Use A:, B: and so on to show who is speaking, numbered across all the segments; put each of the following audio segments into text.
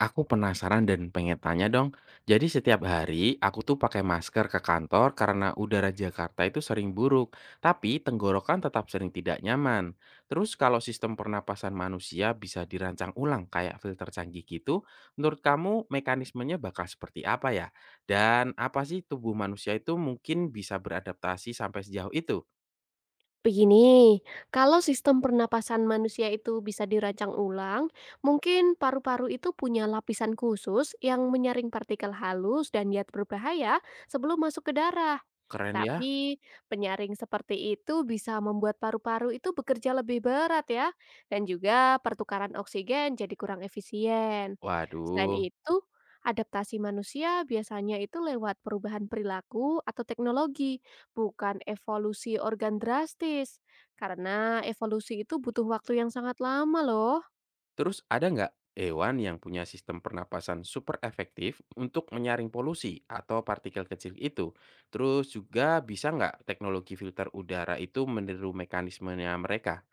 A: Aku penasaran dan pengen tanya dong. Jadi setiap hari aku tuh pakai masker ke kantor karena udara Jakarta itu sering buruk, tapi tenggorokan tetap sering tidak nyaman. Terus kalau sistem pernapasan manusia bisa dirancang ulang kayak filter canggih gitu, menurut kamu mekanismenya bakal seperti apa ya? Dan apa sih tubuh manusia itu mungkin bisa beradaptasi sampai sejauh itu?
B: Begini, kalau sistem pernapasan manusia itu bisa dirancang ulang, mungkin paru-paru itu punya lapisan khusus yang menyaring partikel halus dan zat berbahaya sebelum masuk ke darah.
A: Keren ya?
B: Tapi penyaring seperti itu bisa membuat paru-paru itu bekerja lebih berat ya, dan juga pertukaran oksigen jadi kurang efisien. Selain
A: Waduh.
B: itu, adaptasi manusia biasanya itu lewat perubahan perilaku atau teknologi, bukan evolusi organ drastis. Karena evolusi itu butuh waktu yang sangat lama loh.
A: Terus ada nggak hewan yang punya sistem pernapasan super efektif untuk menyaring polusi atau partikel kecil itu? Terus juga bisa nggak teknologi filter udara itu meniru mekanismenya mereka?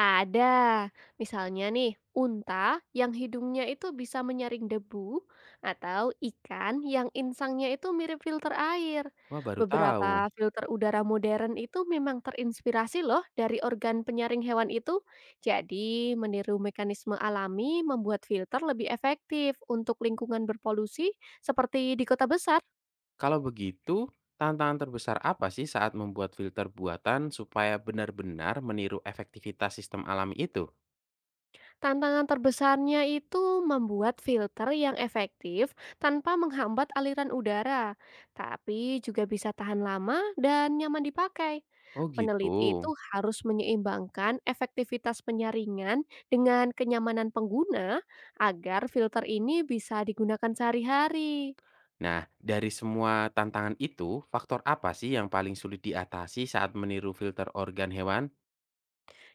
B: Ada, misalnya nih, unta yang hidungnya itu bisa menyaring debu, atau ikan yang insangnya itu mirip filter air.
A: Wah, baru tahu.
B: Beberapa filter udara modern itu memang terinspirasi loh dari organ penyaring hewan itu. Jadi, meniru mekanisme alami membuat filter lebih efektif untuk lingkungan berpolusi seperti di kota besar.
A: Kalau begitu, tantangan terbesar apa sih saat membuat filter buatan supaya benar-benar meniru efektivitas sistem alami itu?
B: Tantangan terbesarnya itu membuat filter yang efektif tanpa menghambat aliran udara, tapi juga bisa tahan lama dan nyaman dipakai.
A: Oh gitu.
B: Peneliti itu harus menyeimbangkan efektivitas penyaringan dengan kenyamanan pengguna agar filter ini bisa digunakan sehari-hari.
A: Nah, dari semua tantangan itu, faktor apa sih yang paling sulit diatasi saat meniru filter organ hewan?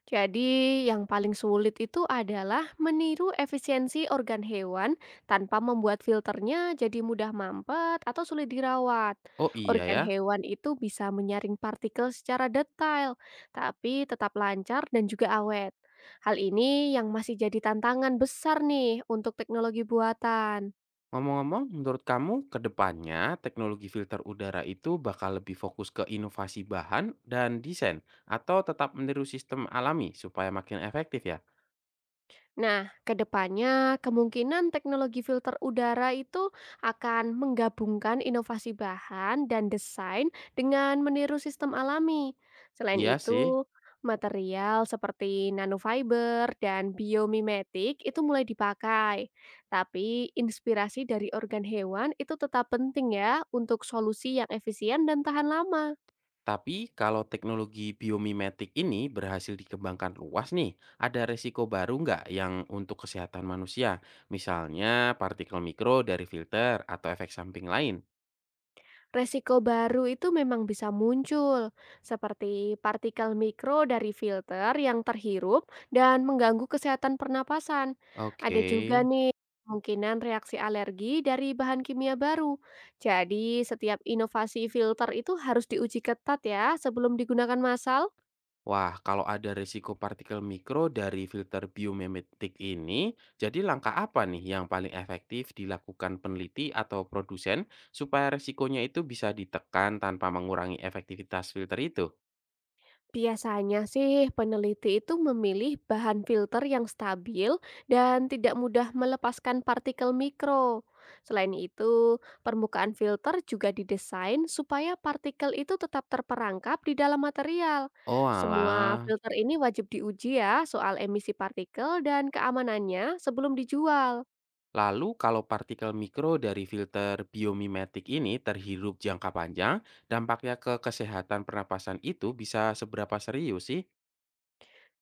B: Jadi, yang paling sulit itu adalah meniru efisiensi organ hewan tanpa membuat filternya jadi mudah mampet atau sulit dirawat.
A: Oh iya
B: Organ
A: ya.
B: hewan itu bisa menyaring partikel secara detail, tapi tetap lancar dan juga awet. Hal ini yang masih jadi tantangan besar nih untuk teknologi buatan.
A: Ngomong-ngomong, menurut kamu ke depannya teknologi filter udara itu bakal lebih fokus ke inovasi bahan dan desain atau tetap meniru sistem alami supaya makin efektif ya?
B: Nah, kedepannya kemungkinan teknologi filter udara itu akan menggabungkan inovasi bahan dan desain dengan meniru sistem alami. Selain
A: Iya sih,
B: itu, material seperti nanofiber dan biomimetik itu mulai dipakai. Tapi inspirasi dari organ hewan itu tetap penting ya untuk solusi yang efisien dan tahan lama.
A: tapi kalau teknologi biomimetik ini berhasil dikembangkan luas nih, ada resiko baru nggak yang untuk kesehatan manusia? Misalnya partikel mikro dari filter atau efek samping lain?
B: Resiko baru itu memang bisa muncul, seperti partikel mikro dari filter yang terhirup dan mengganggu kesehatan pernapasan. Ada
A: Oke.
B: juga nih kemungkinan reaksi alergi dari bahan kimia baru. Jadi, setiap inovasi filter itu harus diuji ketat ya sebelum digunakan massal.
A: Wah, kalau ada risiko partikel mikro dari filter biomimetik ini, jadi langkah apa nih yang paling efektif dilakukan peneliti atau produsen supaya risikonya itu bisa ditekan tanpa mengurangi efektivitas filter itu?
B: Biasanya sih peneliti itu memilih bahan filter yang stabil dan tidak mudah melepaskan partikel mikro. Selain itu, permukaan filter juga didesain supaya partikel itu tetap terperangkap di dalam material.
A: Oh
B: Semua
A: alah.
B: filter ini wajib diuji ya soal emisi partikel dan keamanannya sebelum dijual.
A: Lalu kalau partikel mikro dari filter biomimetik ini terhirup jangka panjang, dampaknya ke kesehatan pernapasan itu bisa seberapa serius sih?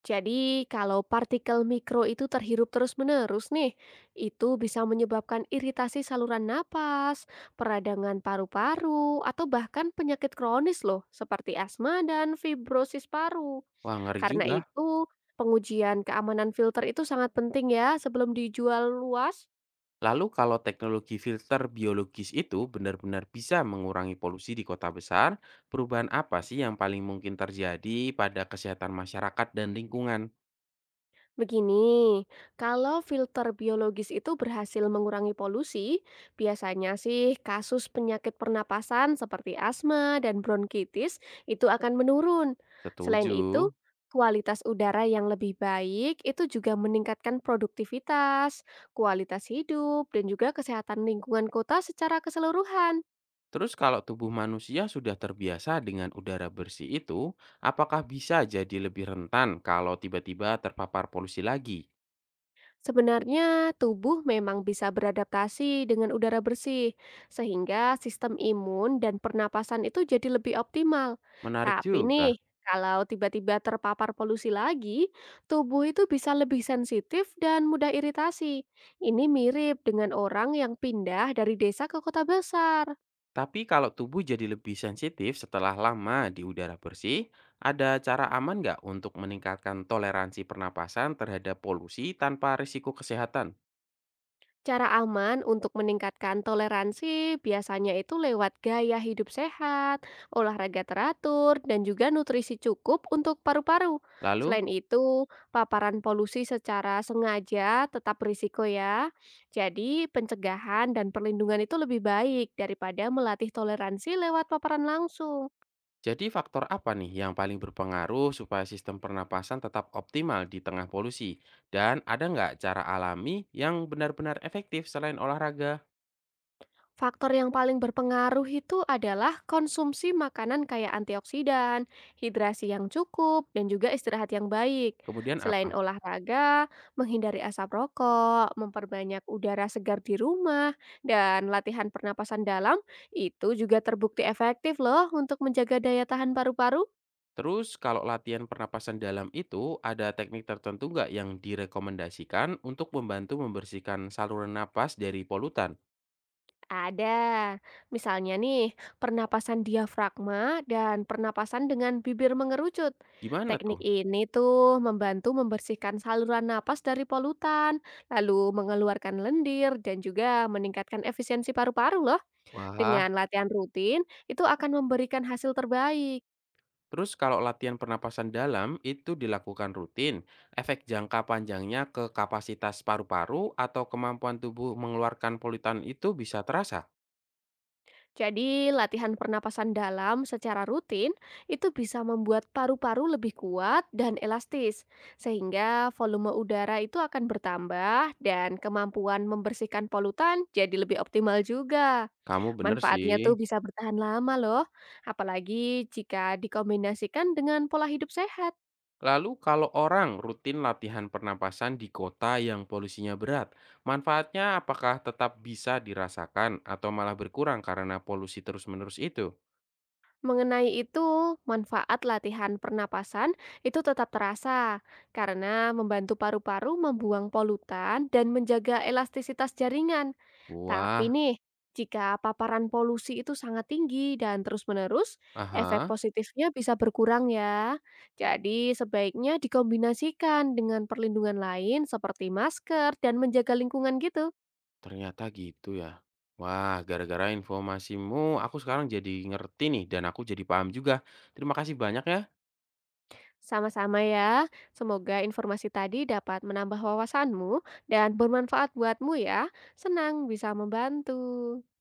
B: Jadi, kalau partikel mikro itu terhirup terus-menerus nih, itu bisa menyebabkan iritasi saluran napas, peradangan paru-paru, atau bahkan penyakit kronis loh, seperti asma dan fibrosis paru.
A: Wah, ngeri
B: Karena
A: juga.
B: itu, pengujian keamanan filter itu sangat penting ya sebelum dijual luas.
A: Lalu kalau teknologi filter biologis itu benar-benar bisa mengurangi polusi di kota besar, perubahan apa sih yang paling mungkin terjadi pada kesehatan masyarakat dan lingkungan?
B: Begini, kalau filter biologis itu berhasil mengurangi polusi, biasanya sih kasus penyakit pernapasan seperti asma dan bronkitis itu akan menurun. Selain
A: Setuju.
B: itu, kualitas udara yang lebih baik itu juga meningkatkan produktivitas, kualitas hidup, dan juga kesehatan lingkungan kota secara keseluruhan.
A: Terus kalau tubuh manusia sudah terbiasa dengan udara bersih itu, apakah bisa jadi lebih rentan kalau tiba-tiba terpapar polusi lagi?
B: Sebenarnya, tubuh memang bisa beradaptasi dengan udara bersih, sehingga sistem imun dan pernapasan itu jadi lebih optimal.
A: Menarik
B: Tapi
A: juga.
B: nih, kalau tiba-tiba terpapar polusi lagi, tubuh itu bisa lebih sensitif dan mudah iritasi. Ini mirip dengan orang yang pindah dari desa ke kota besar.
A: Tapi kalau tubuh jadi lebih sensitif setelah lama di udara bersih, ada cara aman nggak untuk meningkatkan toleransi pernapasan terhadap polusi tanpa risiko kesehatan?
B: Cara aman untuk meningkatkan toleransi biasanya itu lewat gaya hidup sehat, olahraga teratur, dan juga nutrisi cukup untuk paru-paru.
A: Lalu,
B: Selain itu, paparan polusi secara sengaja tetap berisiko ya. Jadi, pencegahan dan perlindungan itu lebih baik daripada melatih toleransi lewat paparan langsung.
A: jadi faktor apa nih yang paling berpengaruh supaya sistem pernapasan tetap optimal di tengah polusi? Dan ada nggak cara alami yang benar-benar efektif selain olahraga?
B: Faktor yang paling berpengaruh itu adalah konsumsi makanan kaya antioksidan, hidrasi yang cukup, dan juga istirahat yang baik.
A: Kemudian
B: Selain
A: apa?
B: olahraga, menghindari asap rokok, memperbanyak udara segar di rumah, dan latihan pernapasan dalam itu juga terbukti efektif loh untuk menjaga daya tahan paru-paru.
A: Terus kalau latihan pernapasan dalam itu, ada teknik tertentu nggak yang direkomendasikan untuk membantu membersihkan saluran napas dari polutan?
B: Ada. Misalnya nih, pernapasan diafragma dan pernapasan dengan bibir mengerucut.
A: Gimana
B: Teknik
A: tuh?
B: ini tuh membantu membersihkan saluran napas dari polutan, lalu mengeluarkan lendir dan juga meningkatkan efisiensi paru-paru loh.
A: Wah,
B: Dengan latihan rutin, itu akan memberikan hasil terbaik.
A: terus kalau latihan pernapasan dalam itu dilakukan rutin, efek jangka panjangnya ke kapasitas paru-paru atau kemampuan tubuh mengeluarkan polutan itu bisa terasa?
B: Jadi, latihan pernapasan dalam secara rutin itu bisa membuat paru-paru lebih kuat dan elastis, sehingga volume udara itu akan bertambah dan kemampuan membersihkan polutan jadi lebih optimal juga.
A: Kamu bener sih.
B: Manfaatnya tuh bisa bertahan lama loh, apalagi jika dikombinasikan dengan pola hidup sehat.
A: Lalu kalau orang rutin latihan pernapasan di kota yang polusinya berat, manfaatnya apakah tetap bisa dirasakan atau malah berkurang karena polusi terus-menerus itu?
B: Mengenai itu, manfaat latihan pernapasan itu tetap terasa karena membantu paru-paru membuang polutan dan menjaga elastisitas jaringan. Tapi
A: Wah,
B: nih, jika paparan polusi itu sangat tinggi dan terus-menerus, efek
A: aha,
B: positifnya bisa berkurang ya. Jadi sebaiknya dikombinasikan dengan perlindungan lain seperti masker dan menjaga lingkungan gitu.
A: ternyata gitu ya. Wah, gara-gara informasimu aku sekarang jadi ngerti nih dan aku jadi paham juga. Terima kasih banyak ya.
B: Sama-sama ya. Semoga informasi tadi dapat menambah wawasanmu dan bermanfaat buatmu ya. Senang bisa membantu.